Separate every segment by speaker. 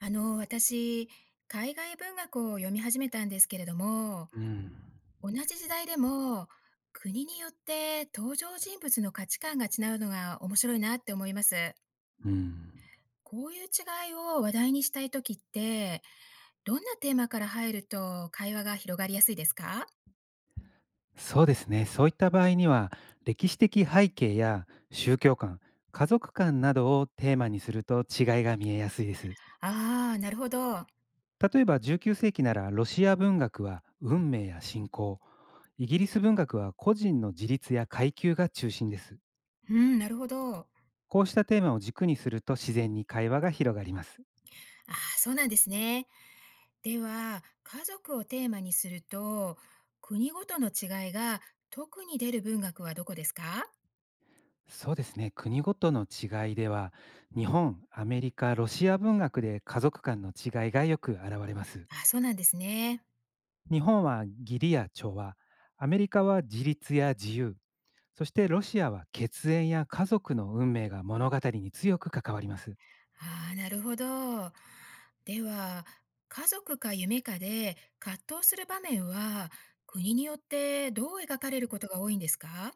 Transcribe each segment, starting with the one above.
Speaker 1: 私、海外文学を読み始めたんですけれども、
Speaker 2: うん、
Speaker 1: 同じ時代でも国によって登場人物の価値観が違うのが面白いなって思います。
Speaker 2: うん、
Speaker 1: こういう違いを話題にしたいときって、どんなテーマから入ると会話が広がりやすいですか？
Speaker 2: そうですね。そういった場合には、歴史的背景や宗教観、家族観などをテーマにすると違いが見えやすいです。
Speaker 1: ああー、なるほど。
Speaker 2: 例えば19世紀ならロシア文学は運命や信仰、イギリス文学は個人の自立や階級が中心です。
Speaker 1: うん、なるほど。あ
Speaker 2: こうしたテーマを軸にすると自然に会話が広がります。
Speaker 1: あ、そうなんですね。では、家族をテーマにすると、国ごとの違いが特に出る文学はどこですか？
Speaker 2: そうですね。国ごとの違いでは、日本、アメリカ、ロシア文学で家族間の違いがよく現れます。
Speaker 1: あ、そうなんですね。
Speaker 2: 日本は義理や調和、アメリカは自立や自由、そしてロシアは血縁や家族の運命が物語に強く関わります。
Speaker 1: ああ、なるほど。では、家族か夢かで葛藤する場面は、国によってどう描かれることが多いんですか？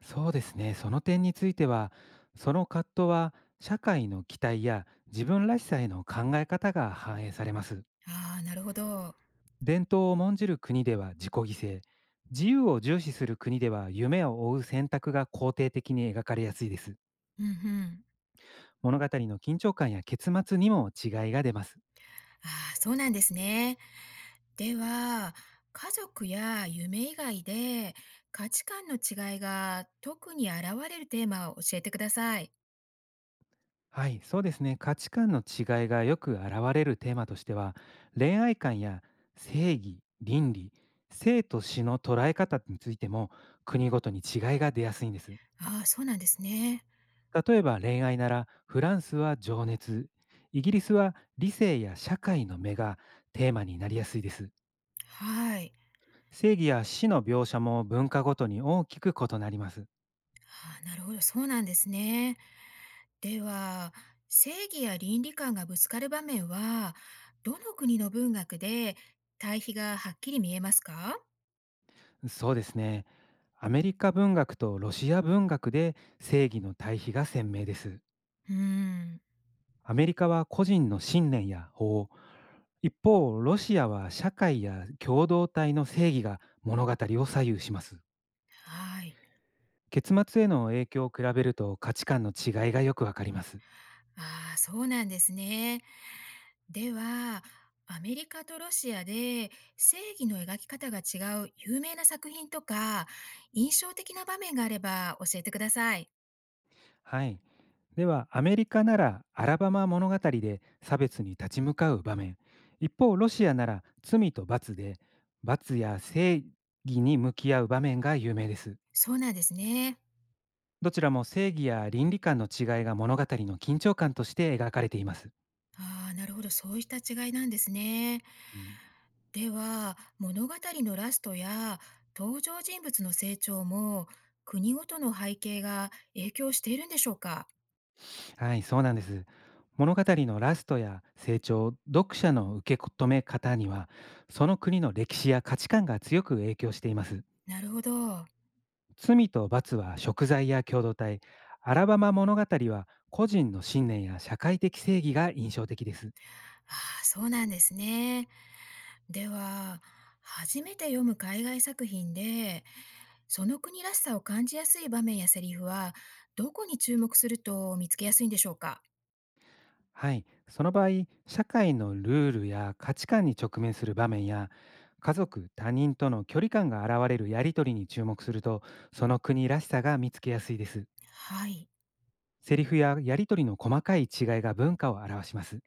Speaker 2: そうですね、その点については、その葛藤は社会の期待や自分らしさへの考え方が反映されます。
Speaker 1: ああ、なるほど。
Speaker 2: 伝統を重んじる国では自己犠牲、自由を重視する国では夢を追う選択が肯定的に描かれやすいです。
Speaker 1: うんうん。
Speaker 2: 物語の緊張感や結末にも違いが出ます。
Speaker 1: ああ、そうなんですね。では、家族や夢以外で価値観の違いが特に現れるテーマを教えてください。
Speaker 2: はい、そうですね。価値観の違いがよく現れるテーマとしては、恋愛観や正義、倫理、生と死の捉え方についても国ごとに違いが出やすいんです。
Speaker 1: ああ、そうなんですね。
Speaker 2: 例えば恋愛ならフランスは情熱、イギリスは理性や社会の目がテーマになりやすいです。
Speaker 1: はい。
Speaker 2: 正義や死の描写も文化ごとに大きく異なります。
Speaker 1: ああ、なるほど。そうなんですね。では、正義や倫理観がぶつかる場面は、どの国の文学で対比がはっきり見えますか？
Speaker 2: そうですね。アメリカ文学とロシア文学で正義の対比が鮮明です。
Speaker 1: うーん、
Speaker 2: アメリカは個人の信念や法、一方、ロシアは社会や共同体の正義が物語を左右します。
Speaker 1: はい。
Speaker 2: 結末への影響を比べると価値観の違いがよくわかります。
Speaker 1: ああ、そうなんですね。では、アメリカとロシアで正義の描き方が違う有名な作品とか、印象的な場面があれば教えてください。
Speaker 2: はい。では、アメリカならアラバマ物語で差別に立ち向かう場面、一方、ロシアなら罪と罰で罰や正義に向き合う場面が有名です。
Speaker 1: そうなんですね。
Speaker 2: どちらも正義や倫理観の違いが物語の緊張感として描かれています。
Speaker 1: ああ、なるほど。そういった違いなんですね。
Speaker 2: うん。
Speaker 1: では、物語のラストや登場人物の成長も国ごとの背景が影響しているんでしょうか？
Speaker 2: はい、そうなんです。物語のラストや成長、読者の受け止め方には、その国の歴史や価値観が強く影響しています。
Speaker 1: なるほど。ああ、
Speaker 2: 罪と罰は食材や共同体、アラバマ物語は個人の信念や社会的正義が印象的です。
Speaker 1: そうなんですね。では、初めて読む海外作品で、その国らしさを感じやすい場面やセリフは、どこに注目すると見つけやすいんでしょうか？
Speaker 2: はい、その場合、社会のルールや価値観に直面する場面や、家族、他人との距離感が現れるやりとりに注目すると、その国らしさが見つけやすいです。
Speaker 1: はい。
Speaker 2: セリフややり取りの細かい違いが文化を表します。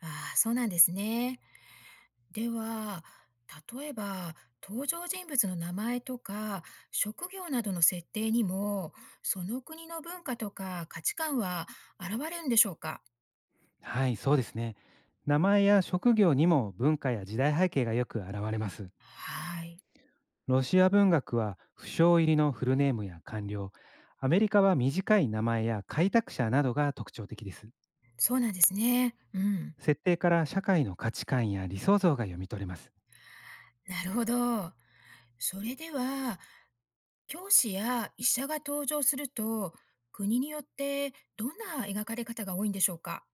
Speaker 1: ああ、そうなんですね。では、例えば登場人物の名前とか職業などの設定にも、その国の文化とか価値観は現れるんでしょうか？
Speaker 2: はい、そうですね。名前や職業にも文化や時代背景がよく現れます。
Speaker 1: はい。
Speaker 2: ロシア文学は不詳入りのフルネームや官僚、アメリカは短い名前や開拓者などが特徴的です。
Speaker 1: そうなんですね。うん。
Speaker 2: 設定から社会の価値観や理想像が読み取れます。
Speaker 1: なるほど。それでは、教師や医者が登場すると、国によってどんな描かれ方が多いんでしょうか？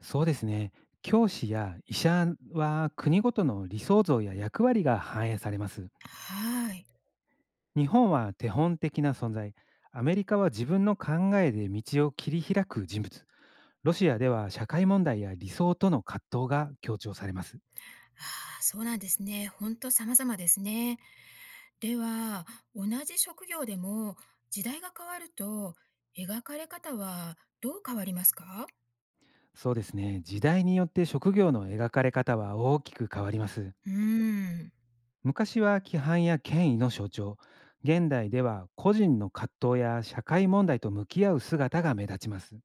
Speaker 2: そうですね。教師や医者は国ごとの理想像や役割が反映されます。
Speaker 1: はい。
Speaker 2: 日本は手本的な存在、アメリカは自分の考えで道を切り開く人物、ロシアでは社会問題や理想との葛藤が強調されます。
Speaker 1: ああ、そうなんですね。ほんと様々ですね。では、同じ職業でも時代が変わると描かれ方はどう変わりますか？
Speaker 2: そうですね、時代によって職業の描かれ方は大きく変わります。
Speaker 1: うーん、
Speaker 2: 昔は規範や権威の象徴、現代では個人の葛藤や社会問題と向き合う姿が目立ちます。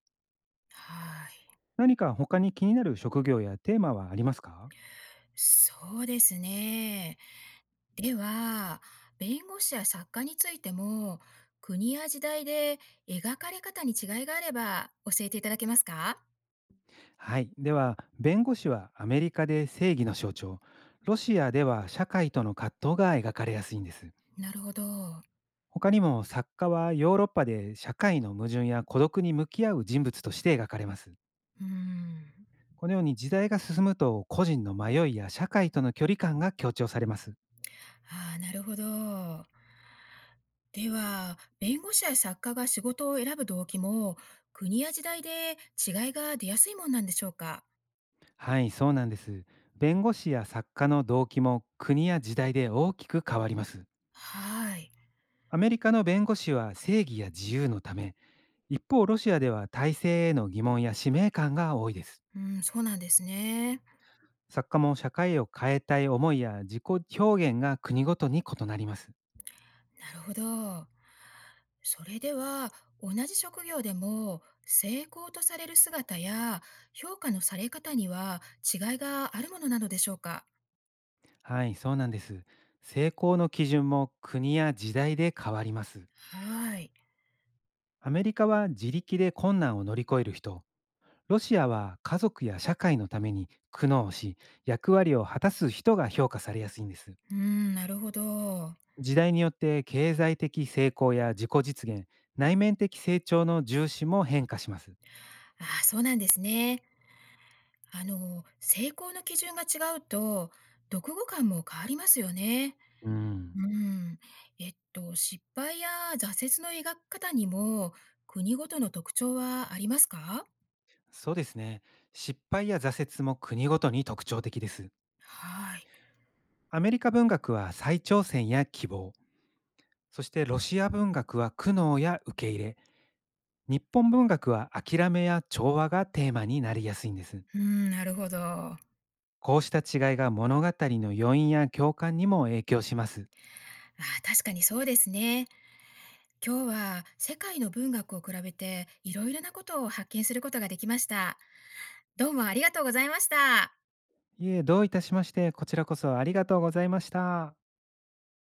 Speaker 1: はい、
Speaker 2: 何か他に気になる職業やテーマはありますか？
Speaker 1: そうですね。では、弁護士や作家についても国や時代で描かれ方に違いがあれば教えていただけますか？
Speaker 2: はい。では、弁護士はアメリカで正義の象徴、ロシアでは社会との葛藤が描かれやすいんです。
Speaker 1: なるほど。
Speaker 2: 他にも作家はヨーロッパで社会の矛盾や孤独に向き合う人物として描かれます。
Speaker 1: うーん。
Speaker 2: このように時代が進むと個人の迷いや社会との距離感が強調されます。
Speaker 1: ああ、なるほど。では、弁護士や作家が仕事を選ぶ動機も、国や時代で違いが出やすいもんなんでしょうか？
Speaker 2: はい、そうなんです。弁護士や作家の動機も国や時代で大きく変わります。
Speaker 1: はい。
Speaker 2: アメリカの弁護士は正義や自由のため、一方、ロシアでは体制への疑問や使命感が多いです。
Speaker 1: うん、そうなんですね。
Speaker 2: 作家も社会を変えたい思いや自己表現が国ごとに異なります。
Speaker 1: なるほど。それでは、同じ職業でも、成功とされる姿や、評価のされ方には違いがあるものなのでしょうか？
Speaker 2: はい、そうなんです。成功の基準も国や時代で変わります。
Speaker 1: はい。
Speaker 2: アメリカは自力で困難を乗り越える人、ロシアは家族や社会のために苦悩し、役割を果たす人が評価されやすいんです。
Speaker 1: うん、なるほど。あ
Speaker 2: 時代によって経済的成功や自己実現、内面的成長の重視も変化します。
Speaker 1: あ、そうなんですね。成功の基準が違うと、読後感も変わりますよね。
Speaker 2: うん。
Speaker 1: うん。失敗や挫折の描き方にも、国ごとの特徴はありますか？
Speaker 2: そうですね。失敗や挫折も国ごとに特徴的です。
Speaker 1: はい。
Speaker 2: アメリカ文学は再挑戦や希望、そしてロシア文学は苦悩や受け入れ、日本文学は諦めや調和がテーマになりやすいんです。
Speaker 1: うん、なるほど。あ
Speaker 2: こうした違いが物語の余韻や共感にも影響します。
Speaker 1: ー、確かにそうですね。今日は世界の文学を比べて、いろいろなことを発見することができました。どうもありがとうございました。
Speaker 2: いえ、どういたしまして、こちらこそありがとうございました。